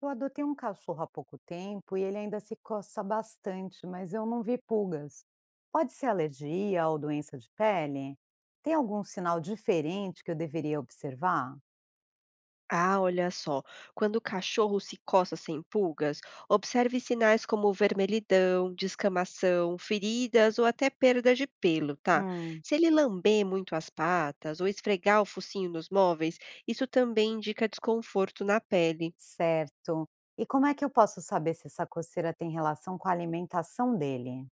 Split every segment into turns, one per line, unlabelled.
Eu adotei um cachorro há pouco tempo e ele ainda se coça bastante, mas eu não vi pulgas. Pode ser alergia ou doença de pele? Tem algum sinal diferente que eu deveria observar?
Ah, olha só. Quando o cachorro se coça sem pulgas, observe sinais como vermelhidão, descamação, feridas ou até perda de pelo, tá?
Hum.
Se ele lamber muito as patas ou esfregar o focinho nos móveis, isso também indica desconforto na pele.
Certo. E como é que eu posso saber se essa coceira tem relação com a alimentação dele?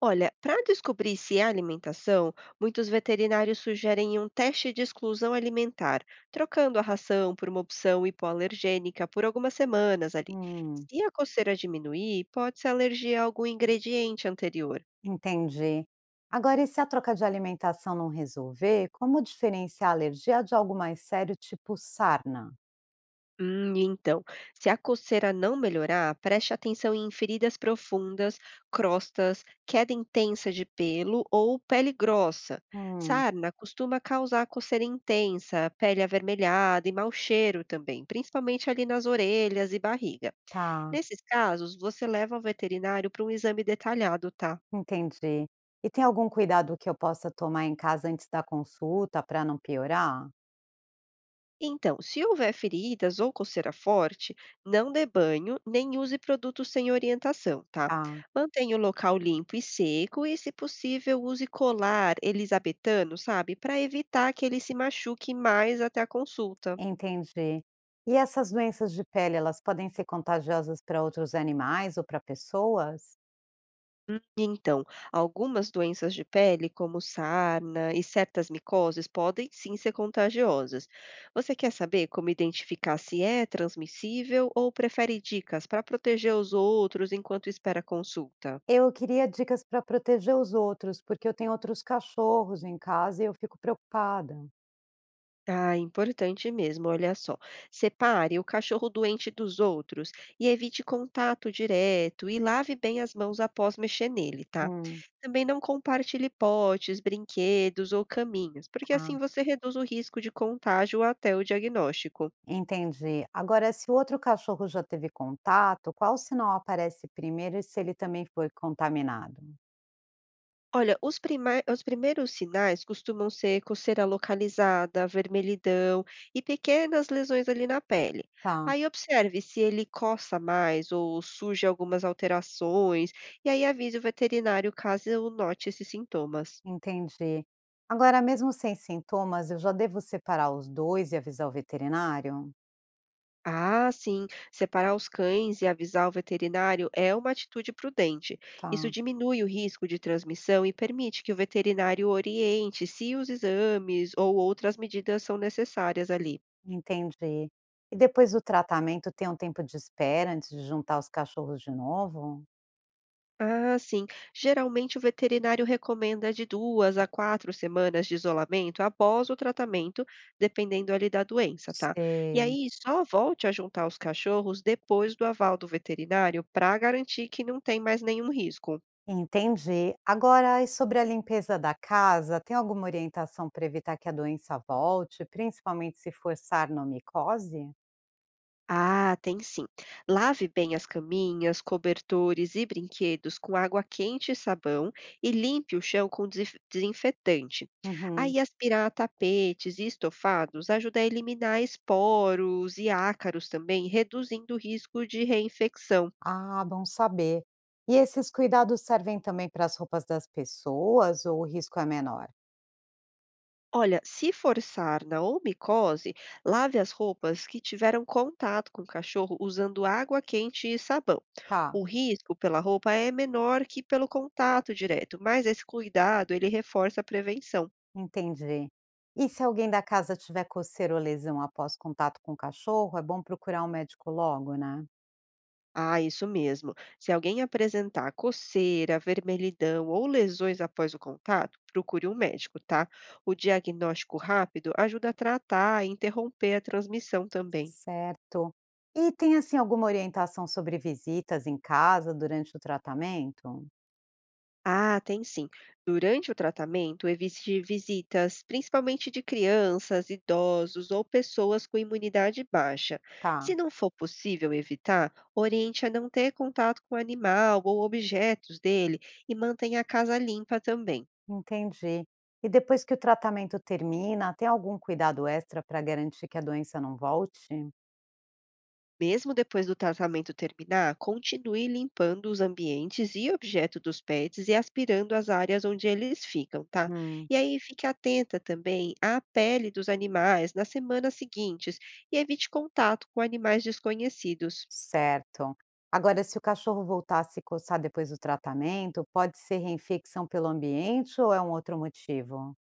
Olha, para descobrir se é alimentação, muitos veterinários sugerem um teste de exclusão alimentar, trocando a ração por uma opção hipoalergênica por algumas semanas ali.
Hum.
Se a coceira diminuir, pode ser alergia a algum ingrediente anterior.
Entendi. Agora, e se a troca de alimentação não resolver, como diferenciar a alergia de algo mais sério, tipo sarna?
Hum, e então, Se a coceira não melhorar, preste atenção em feridas profundas, crostas, queda intensa de pelo ou pele grossa.
Hum.
Sarna costuma causar coceira intensa, pele avermelhada e mau cheiro também, principalmente ali nas orelhas e barriga.
Tá.
Nesses casos, você leva ao veterinário para um exame detalhado, tá?
Entendi. E tem algum cuidado que eu possa tomar em casa antes da consulta para não piorar?
Então, se houver feridas ou coceira forte, não dê banho nem use produtos sem orientação, tá?
Ah,
Mantenha o local limpo e seco e, se possível, use colar elisabetano, sabe? Para evitar que ele se machuque mais até a consulta.
entendi. E essas doenças de pele, elas podem ser contagiosas para outros animais ou para pessoas?
Hum, Então, Algumas doenças de pele, como sarna e certas micoses, podem sim ser contagiosas. Você quer saber como identificar se é transmissível ou prefere dicas para proteger os outros enquanto espera a consulta?
Eu queria dicas para proteger os outros, porque eu tenho outros cachorros em casa e eu fico preocupada.
Ah, importante mesmo, olha só. Separe o cachorro doente dos outros e evite contato direto e lave bem as mãos após mexer nele, tá?
Hum,
Também não compartilhe potes, brinquedos ou caminhos, porque assim
tá.
você reduz o risco de contágio até o diagnóstico.
Entendi. Agora, se o outro cachorro já teve contato, qual sinal aparece primeiro e se ele também foi contaminado?
Olha, os primeiros sinais costumam ser coceira localizada, vermelhidão e pequenas lesões ali na pele.
Tá.
Aí observe se ele coça mais ou surge algumas alterações, e aí avise o veterinário caso eu note esses sintomas.
Entendi. Agora, mesmo sem sintomas, eu já devo separar os dois e avisar o veterinário?
Ah, sim, separar os cães e avisar o veterinário é uma atitude prudente. Isso
Tá,
diminui o risco de transmissão e permite que o veterinário oriente se os exames ou outras medidas são necessárias ali.
entendi. E depois do tratamento, tem um tempo de espera antes de juntar os cachorros de novo?
Ah, sim. Geralmente o veterinário recomenda de 2 a 4 semanas de isolamento após o tratamento, dependendo ali da doença, tá? E
Sei.
aí só volte a juntar os cachorros depois do aval do veterinário para garantir que não tem mais nenhum risco.
Entendi. Agora, e sobre a limpeza da casa, tem alguma orientação para evitar que a doença volte, principalmente se for na.
Ah, tem sim. Lave bem as caminhas, cobertores e brinquedos com água quente e sabão e limpe o chão com desinfetante.
Uhum.
Aí, aspirar tapetes e estofados ajuda a eliminar esporos e ácaros também, reduzindo o risco de reinfecção.
Ah, bom saber. E esses cuidados servem também para as roupas das pessoas ou o risco é menor?
Olha, se for sarna ou micose, lave as roupas que tiveram contato com o cachorro usando água quente e sabão.
Tá,
O risco pela roupa é menor que pelo contato direto, mas esse cuidado ele reforça a prevenção.
entendi. E se alguém da casa tiver coceira ou lesão após contato com o cachorro, é bom procurar um médico logo, né?
Ah, isso mesmo. Se alguém apresentar coceira, vermelhidão ou lesões após o contato, procure um médico, tá? O diagnóstico rápido ajuda a tratar e interromper a transmissão também.
Certo. E tem assim alguma orientação sobre visitas em casa durante o tratamento?
Ah, tem sim. Durante o tratamento, evite visitas, principalmente de crianças, idosos ou pessoas com imunidade baixa.
Tá,
Se não for possível evitar, oriente a não ter contato com o animal ou objetos dele e mantenha a casa limpa também.
entendi. E depois que o tratamento termina, tem algum cuidado extra para garantir que a doença não volte?
Mesmo depois do tratamento terminar, continue limpando os ambientes e objetos dos pets e aspirando as áreas onde eles ficam, tá?
Hum,
E aí fique atenta também à pele dos animais nas semanas seguintes e evite contato com animais desconhecidos.
certo. Agora, se o cachorro voltar a se coçar depois do tratamento, pode ser reinfecção pelo ambiente ou é um outro motivo?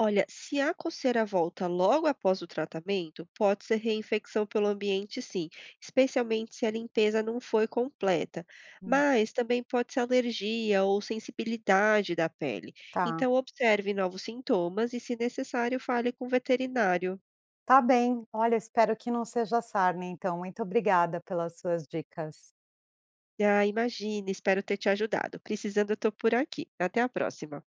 Olha, se a coceira volta logo após o tratamento, pode ser reinfecção pelo ambiente, sim, especialmente se a limpeza não foi completa.
Hum,
Mas também pode ser alergia ou sensibilidade da pele.
tá.
Então, observe novos sintomas e, se necessário, fale com o veterinário.
Tá bem. Olha, espero que não seja sarna, então. Muito obrigada pelas suas dicas.
Ah, imagine. Espero ter te ajudado. Precisando, eu estou por aqui. Até a próxima.